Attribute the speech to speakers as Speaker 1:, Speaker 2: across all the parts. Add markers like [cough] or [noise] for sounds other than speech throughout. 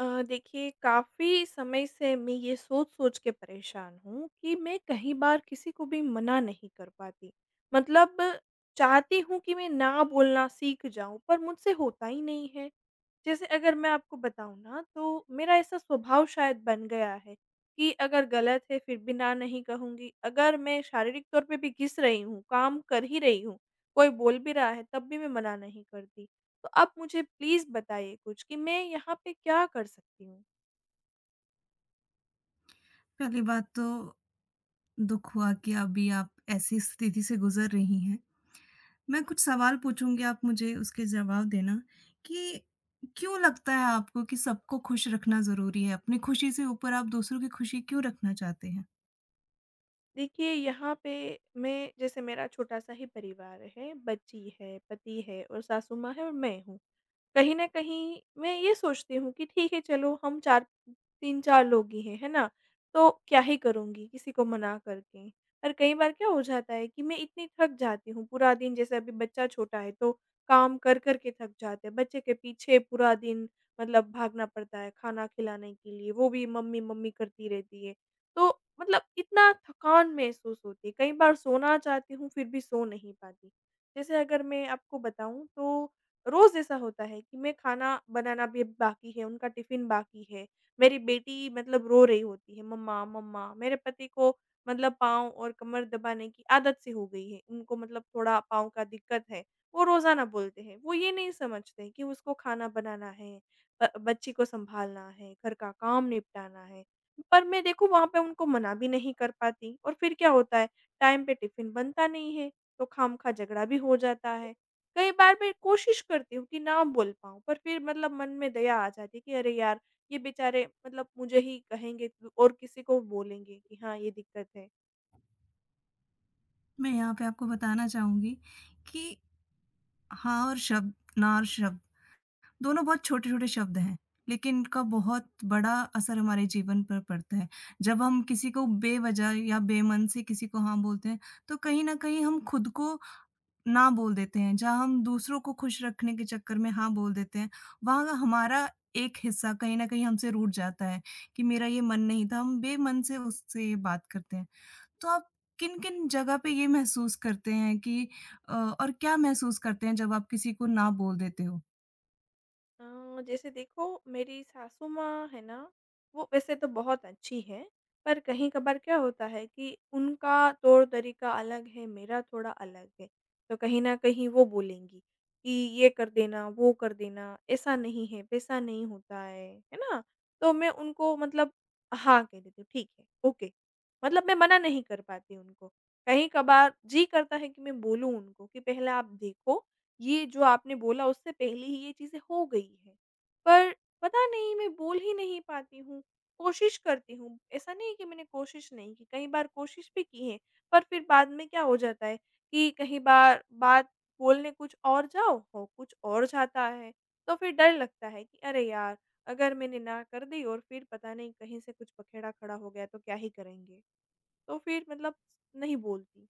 Speaker 1: देखिए काफ़ी समय से मैं ये सोच-सोच के परेशान हूँ कि मैं कहीं बार किसी को भी मना नहीं कर पाती। मतलब चाहती हूँ कि मैं ना बोलना सीख जाऊँ पर मुझसे होता ही नहीं है। जैसे अगर मैं आपको बताऊँ ना तो मेरा ऐसा स्वभाव शायद बन गया है कि अगर गलत है फिर भी ना नहीं कहूँगी। अगर मैं शारीरिक तौर पे भी घिस रही हूँ, काम कर ही रही हूँ, कोई बोल भी रहा है तब भी मैं मना नहीं करती। तो आप मुझे प्लीज़ बताइए कुछ कि मैं यहाँ पे क्या कर सकती हूँ?
Speaker 2: पहली बात तो दुख हुआ कि अभी आप ऐसी स्थिति से गुजर रही हैं। मैं कुछ सवाल पूछूँगी, आप मुझे उसके जवाब देना कि क्यों लगता है आपको कि सबको खुश रखना ज़रूरी है? अपनी खुशी से ऊपर आप दूसरों की खुशी क्यों रखना चाहते हैं?
Speaker 1: देखिए यहाँ पे मैं जैसे मेरा छोटा-सा ही परिवार है, बच्ची है, पति है और सासू माँ है और मैं हूँ। कहीं न कहीं मैं ये सोचती हूँ कि ठीक है चलो हम 4 3-4 लोग ही हैं, है ना? तो क्या ही करूँगी किसी को मना करके। पर कई बार क्या हो जाता है कि मैं इतनी थक जाती हूँ पूरा दिन जैसे अभी बच्चा छोटा है तो काम कर-कर के थक जाते हैं। बच्चे के पीछे पूरा दिन मतलब भागना पड़ता है खाना खिलाने के लिए, वो भी मम्मी-मम्मी करती रहती है। तो मतलब इतना थकान महसूस होती है, कई बार सोना चाहती हूँ फिर भी सो नहीं पाती। जैसे अगर मैं आपको बताऊँ तो रोज़ ऐसा होता है कि मैं खाना बनाना अभी बाकी है, उनका टिफ़िन बाकी है, मेरी बेटी मतलब रो रही होती है मम्मा, मम्मा। मेरे पति को मतलब पाँव और कमर दबाने की आदत सी हो गई है, उनको मतलब थोड़ा पाँव का दिक्कत है, वो रोज़ाना बोलते हैं। वो ये नहीं समझते कि उसको खाना बनाना है, ब बच्ची को सँभालना है, घर का काम निपटाना है। पर मैं देखो वहाँ पे उनको मना भी नहीं कर पाती और फिर क्या होता है टाइम पे टिफ़िन बनता नहीं है, तो खामखा झगड़ा भी हो जाता है। कई बार मैं कोशिश करती हूँ कि ना बोल पाऊँ पर फिर मतलब मन में दया आ जाती है कि अरे यार! ये बेचारे मतलब मुझे ही कहेंगे और किसी को बोलेंगे कि हाँ, ये दिक्कत है।
Speaker 2: मैं यहाँ पे आपको बताना चाहूँगी कि हाँ और शब्द, ना और शब्द दोनों बहुत छोटे-छोटे शब्द हैं, लेकिन इनका बहुत बड़ा असर हमारे जीवन पर पड़ता है। जब हम किसी को बेवजह या बेमन से किसी को हाँ बोलते हैं, तो कहीं न कहीं हम खुद को ना बोल देते हैं। जहाँ हम दूसरों को खुश रखने के चक्कर में हाँ बोल देते हैं, वहाँ का हमारा एक हिस्सा कहीं न कहीं हमसे रूठ जाता है कि मेरा ये मन नहीं था, हम बेमन से उससे ये बात करते हैं। तो आप किन-किन जगह पे ये महसूस करते हैं कि और क्या महसूस करते हैं जब आप किसी को ना बोल देते हो?
Speaker 1: जैसे देखो मेरी सासू माँ है ना, वो वैसे तो बहुत अच्छी हैं, पर कहीं-कभार क्या होता है कि उनका तौर-तरीका अलग है, मेरा थोड़ा अलग है। तो कहीं न कहीं वो बोलेंगी कि ये कर देना, वो कर देना, ऐसा नहीं है, वैसा नहीं होता है ना? तो मैं उनको मतलब हाँ, कह देती हूँ, ठीक है, ओके। मतलब मैं मना नहीं कर पाती उनको। कहीं-कभार जी करता है कि मैं बोलूँ उनको कि पहले आप देखो ये जो आपने बोला उससे पहले ही ये चीज़ें हो गई हैं। पर पता नहीं मैं बोल ही नहीं पाती हूँ, कोशिश करती हूँ, ऐसा नहीं है कि मैंने कोशिश नहीं की, कई बार कोशिश भी की है, पर फिर बाद में क्या हो जाता है कि कहीं बार बात बोलने कुछ और जाओ, हो कुछ और जाता है। तो फिर डर लगता है कि अरे यार! अगर मैंने ना कर दी और फिर पता नहीं कहीं से कुछ बखेड़ा खड़ा हो गया तो क्या ही करेंगे? तो फिर मतलब नहीं बोलती।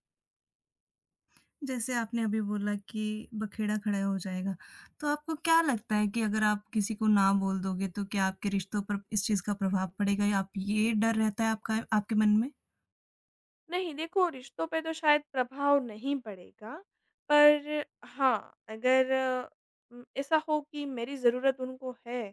Speaker 2: जैसे आपने अभी बोला कि बखेड़ा खड़ा हो जाएगा, तो आपको क्या लगता है कि अगर आप किसी को ना बोल दोगे तो क्या आपके रिश्तों पर इस चीज़ का प्रभाव पड़ेगा या आप ये डर रहता है आपका आपके मन में?
Speaker 1: नहीं देखो, रिश्तों पे तो शायद प्रभाव नहीं पड़ेगा, पर हाँ, अगर ऐसा हो कि मेरी ज़रूरत उनको है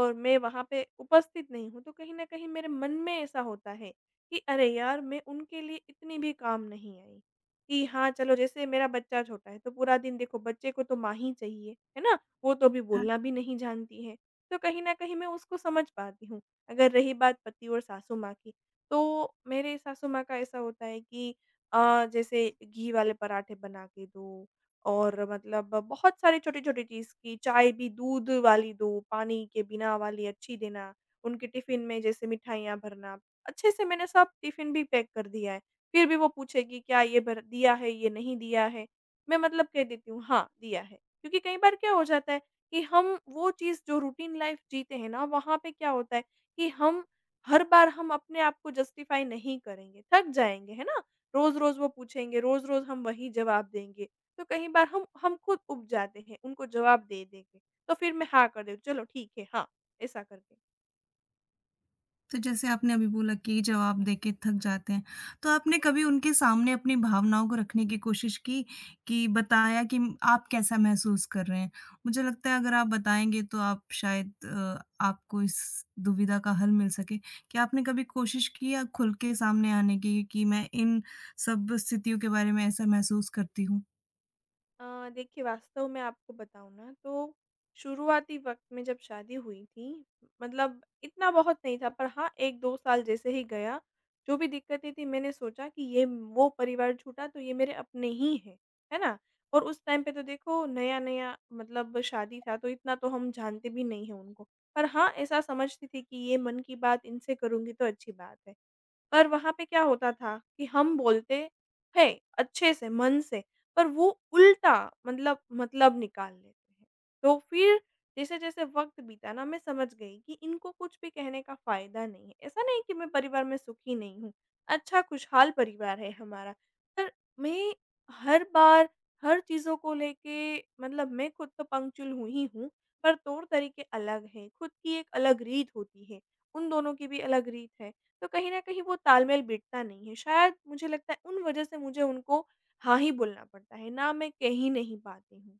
Speaker 1: और मैं वहाँ पे उपस्थित नहीं हूँ, तो कहीं न कहीं मेरे मन में ऐसा होता है कि अरे यार! मैं उनके लिए इतनी भी काम नहीं आई। कि हाँ, चलो जैसे मेरा बच्चा छोटा है, तो पूरा दिन देखो बच्चे को तो माँ ही चाहिए, है ना? वो तो अभी बोलना भी नहीं जानती है, तो कहीं न कहीं मैं उसको समझ पाती हूँ। अगर रही बात पति और सासू माँ की तो मेरे सासू माँ का ऐसा होता है कि जैसे घी वाले पराठे बना के दो और मतलब बहुत सारी छोटी-छोटी चीज़ की चाय भी दूध वाली दो, पानी के बिना वाली अच्छी देना, उनके टिफ़िन में जैसे मिठाइयाँ भरना। अच्छे से मैंने सब टिफ़िन भी पैक कर दिया है, फिर भी वो पूछेगी क्या ये भर दिया है, ये नहीं दिया है? मैं मतलब कह देती हूँ हाँ, दिया है। क्योंकि कई बार क्या हो जाता है कि हम वो चीज़ जो रूटीन लाइफ़ जीते हैं ना, वहाँ पे क्या होता है कि हम हर बार हम अपने आप को जस्टिफाई नहीं करेंगे, थक जाएँगे, है ना? रोज़-रोज़ वो पूछेंगे, रोज़-रोज़ हम वही जवाब देंगे, तो कई बार हम खुद ऊब जाते हैं, उनको जवाब दे-दे के। तो फिर मैं हाँ कर देती हूँ, चलो ठीक है, हाँ, ऐसा करके।
Speaker 2: तो जैसे आपने अभी बोला कि जवाब देके थक जाते हैं, तो आपने कभी उनके सामने अपनी भावनाओं को रखने की कोशिश की, कि बताया कि आप कैसा महसूस कर रहे हैं? मुझे लगता है अगर आप बताएँगे तो आप शायद आपको इस दुविधा का हल मिल सके। क्या आपने कभी कोशिश की या खुल के सामने आने की कि मैं इन सब स्थितियों के बारे में ऐसा महसूस करती हूँ?
Speaker 1: देखिए वास्तव में आपको बताऊँ ना तो शुरुआती वक़्त में जब शादी हुई थी, मतलब इतना बहुत नहीं था पर हाँ 1-2 साल जैसे ही गया, जो भी दिक्कतें थी मैंने सोचा कि ये वो परिवार छूटा तो ये मेरे अपने ही हैं, है ना? और उस टाइम पे तो देखो नया-नया मतलब शादी था तो इतना तो हम जानते भी नहीं हैं उनको। पर हाँ, ऐसा समझती थी कि ये मन की बात इनसे करूँगी तो अच्छी बात है। पर वहाँ पे क्या होता था कि हम बोलते हैं अच्छे से, मन से, पर वो उल्टा मतलब निकाल लेते हैं। तो फिर जैसे-जैसे वक़्त बीता ना मैं समझ गई कि इनको कुछ भी कहने का फ़ायदा नहीं है। ऐसा नहीं कि मैं परिवार में सुखी नहीं हूँ, अच्छा खुशहाल परिवार है हमारा। पर मैं हर बार हर चीज़ों को लेके मतलब मैं खुद तो पंक्चुअल हुई ही हूँ, पर तौर तरीके अलग हैं। खुद की एक अलग रीत होती है, उन दोनों की भी अलग रीत है। तो कहीं न कहीं वो तालमेल बिठता नहीं है। शायद मुझे लगता है उन वजह से मुझे उनको हाँ ही बोलना पड़ता है, ना मैं कह ही नहीं पाती हूँ।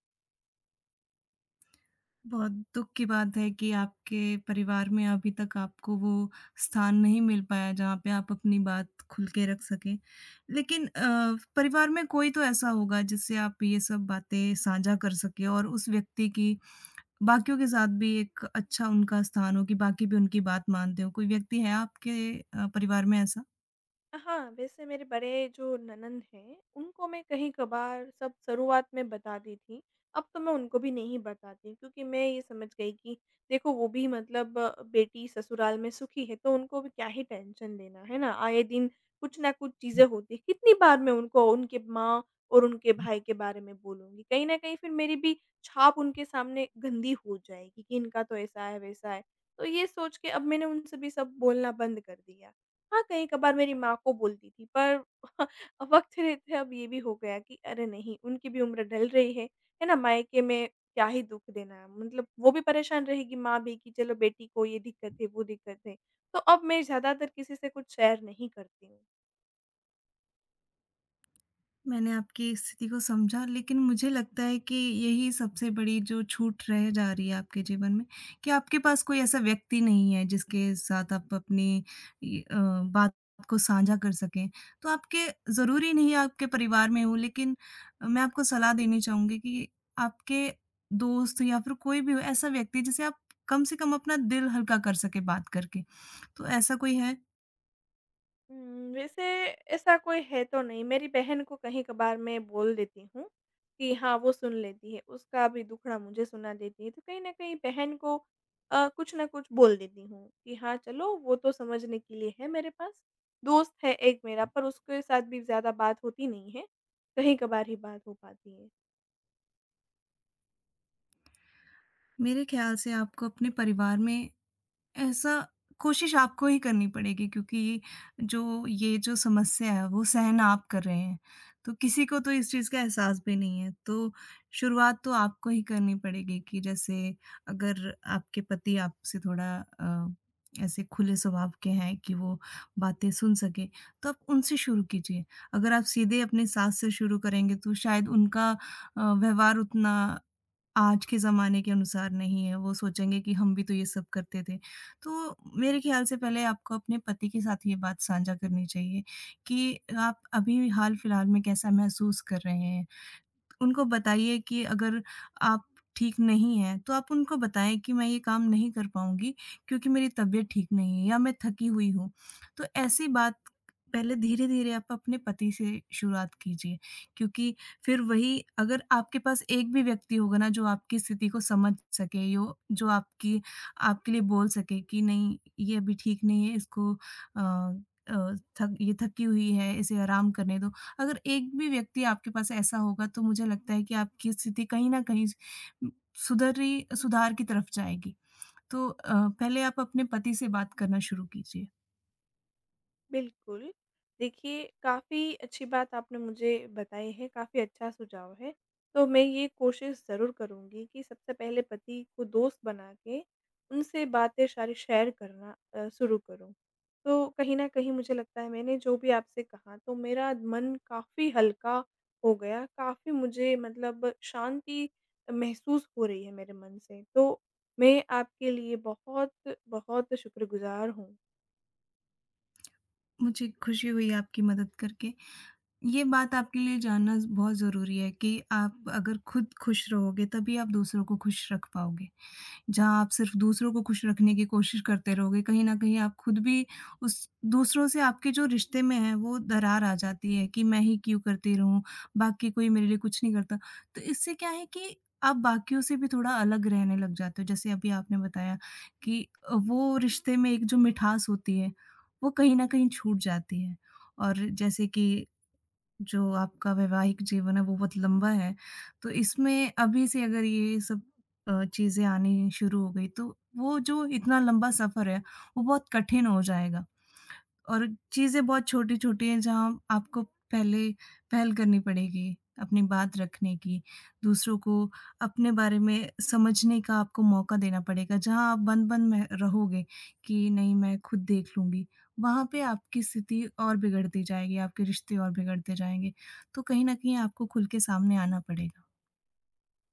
Speaker 2: बहुत दुःख की बात है कि आपके परिवार में अभी तक आपको वो स्थान नहीं मिल पाया जहाँ पे आप अपनी बात खुल के रख सकें। लेकिन परिवार में कोई तो ऐसा होगा जिससे आप ये सब बातें साझा कर सकें और उस व्यक्ति की बाकियों के साथ भी एक अच्छा उनका स्थान हो कि बाकी भी उनकी बात मानते हो। कोई व्यक्ति है आपके परिवार में ऐसा?
Speaker 1: हाँ, वैसे मेरे बड़े जो ननद हैं, उनको मैं कहीं कभार सब शुरुआत में बताती थी। अब तो मैं उनको भी नहीं बताती क्योंकि मैं ये समझ गई कि देखो वो भी मतलब बेटी ससुराल में सुखी है तो उनको भी क्या ही टेंशन लेना, है ना? आए दिन कुछ ना कुछ चीज़ें होती हैं, कितनी बार मैं उनको उनके माँ और उनके भाई के बारे में बोलूँगी। कहीं न कहीं फिर मेरी भी छाप उनके सामने गंदी हो जाएगी कि इनका तो ऐसा है, वैसा है। तो ये सोच के अब मैंने उनसे भी सब बोलना बंद कर दिया। हाँ, कहीं-कभार मेरी माँ को बोलती थी पर [laughs] वक़्त रहते अब ये भी हो गया कि अरे नहीं, उनकी भी उम्र ढल रही है ना? मायके में क्या ही दुःख देना, मतलब वो भी परेशान रहेगी माँ भी कि चलो बेटी को ये दिक्कत है, वो दिक्कत है। तो अब मैं ज़्यादातर किसी से कुछ शेयर नहीं करती हूँ।
Speaker 2: मैंने आपकी स्थिति को समझा, लेकिन मुझे लगता है कि यही सबसे बड़ी जो छूट रह जा रही है आपके जीवन में, कि आपके पास कोई ऐसा व्यक्ति नहीं है जिसके साथ आप अपनी बात को साझा कर सकें। तो आपके ज़रूरी नहीं आपके परिवार में हो, लेकिन मैं आपको सलाह देनी चाहूँगी कि आपके दोस्त या फिर कोई भी हो ऐसा व्यक्ति जिसे आप कम से कम अपना दिल हल्का कर सकें बात करके। तो ऐसा कोई है?
Speaker 1: वैसे ऐसा कोई है तो नहीं, मेरी बहन को कहीं-कभार मैं बोल देती हूँ कि हाँ, वो सुन लेती है, उसका भी दुखड़ा मुझे सुना देती है। तो कहीं न कहीं बहन को कुछ न कुछ बोल देती हूँ कि हाँ, चलो वो तो समझने के लिए है मेरे पास। दोस्त है एक मेरा पर उसके साथ भी ज़्यादा बात होती नहीं है, कहीं-कभार ही बात हो पाती है।
Speaker 2: मेरे ख्याल से आपको अपने परिवार में ऐसा कोशिश आपको ही करनी पड़ेगी, क्योंकि जो ये जो समस्या है वो सहन आप कर रहे हैं। तो किसी को तो इस चीज़ का एहसास भी नहीं है। तो शुरुआत तो आपको ही करनी पड़ेगी कि जैसे अगर आपके पति आपसे थोड़ा अ, ऐसे खुले स्वभाव के हैं कि वो बातें सुन सकें, तो आप उनसे शुरू कीजिए। अगर आप सीधे अपने सास से शुरू करेंगे तो शायद उनका व्यवहार उतना आज के ज़माने के अनुसार नहीं है। वो सोचेंगे कि हम भी तो ये सब करते थे। तो मेरे ख्याल से पहले आपको अपने पति के साथ ये बात साझा करनी चाहिए कि आप अभी हाल-फिलहाल में कैसा महसूस कर रहे हैं। उनको बताइए कि अगर आप ठीक नहीं हैं, तो आप उनको बताएँ कि मैं ये काम नहीं कर पाऊँगी क्योंकि मेरी तबीयत ठीक नहीं है या मैं थकी हुई हूँ। तो ऐसी बात पहले धीरे-धीरे आप अपने पति से शुरुआत कीजिए, क्योंकि फिर वही अगर आपके पास एक भी व्यक्ति होगा ना जो आपकी स्थिति को समझ सके, यो जो आपकी आपके लिए बोल सके कि नहीं, ये अभी ठीक नहीं है, इसको अ अ, थक ये थकी हुई है, इसे आराम करने दो। अगर एक भी व्यक्ति आपके पास ऐसा होगा तो मुझे लगता है कि आपकी स्थिति कहीं न कहीं उम, सुधर रही सुधार की तरफ जाएगी। तो पहले आप अपने पति से बात करना शुरू कीजिए।
Speaker 1: बिल्कुल। देखिए, काफ़ी अच्छी बात आपने मुझे बताई है, काफ़ी अच्छा सुझाव है। तो मैं ये कोशिश ज़रूर करूँगी कि सबसे पहले पति को दोस्त बना के उनसे बातें सारी शेयर करना शुरू करूँ। तो कहीं न कहीं मुझे लगता है मैंने जो भी आपसे कहा तो मेरा मन काफ़ी हल्का हो गया, काफ़ी मुझे मतलब शांति महसूस हो रही है मेरे मन से। तो मैं आपके लिए बहुत-बहुत शुक्रगुज़ार हूँ।
Speaker 2: मुझे खुशी हुई आपकी मदद करके। ये बात आपके लिए जानना बहुत ज़रूरी है कि आप अगर खुद खुश रहोगे तभी आप दूसरों को खुश रख पाओगे। जहाँ आप सिर्फ़ दूसरों को खुश रखने की कोशिश करते रहोगे, कहीं न कहीं आप खुद भी उस दूसरों से आपके जो रिश्ते में है वो दरार आ जाती है कि मैं ही क्यों करती रहूँ, बाकी कोई मेरे लिए कुछ नहीं करता। तो इससे क्या है कि आप बाकियों से भी थोड़ा अलग रहने लग जाते हो। जैसे अभी आपने बताया कि वो रिश्ते में एक जो मिठास होती है, वो कहीं न कहीं छूट जाती है। और जैसे कि जो आपका वैवाहिक जीवन है वो बहुत लंबा है, तो इसमें अभी से अगर ये सब चीज़ें आनी शुरू हो गई तो वो जो इतना लंबा सफ़र है, वो बहुत कठिन हो जाएगा। और चीज़ें बहुत छोटी-छोटी हैं, जहाँ आपको पहले पहल करनी पड़ेगी, अपनी बात रखने की, दूसरों को अपने बारे में समझने का आपको मौका देना पड़ेगा। जहाँ आप बंद-बंद में रहोगे कि नहीं, मैं खुद देख लूँगी, वहाँ पे आपकी स्थिति और बिगड़ती जाएगी, आपके रिश्ते और बिगड़ते जाएँगे, तो कहीं न कहीं आपको खुल के सामने आना पड़ेगा।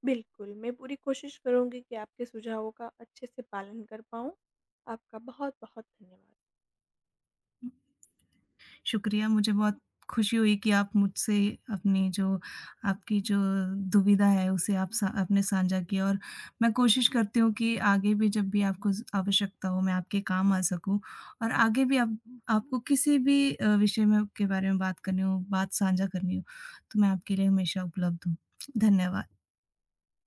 Speaker 1: बिल्कुल, मैं पूरी कोशिश करूँगी कि आपके सुझावों का अच्छे से पालन कर पाऊँ। आपका बहुत-बहुत धन्यवाद।
Speaker 2: शुक्रिया, मुझे बहुत खुशी हुई कि आप मुझसे अपनी जो आपकी जो दुविधा है उसे आप सा आपने साझा किया, और मैं कोशिश करती हूँ कि आगे भी जब भी आपको ज़ आवश्यकता हो मैं आपके काम आ सकूँ, और आगे भी आप आपको किसी भी विषय में के बारे में बात करनी हो, बात साझा करनी हो, तो मैं आपके लिए हमेशा उपलब्ध हूँ। धन्यवाद।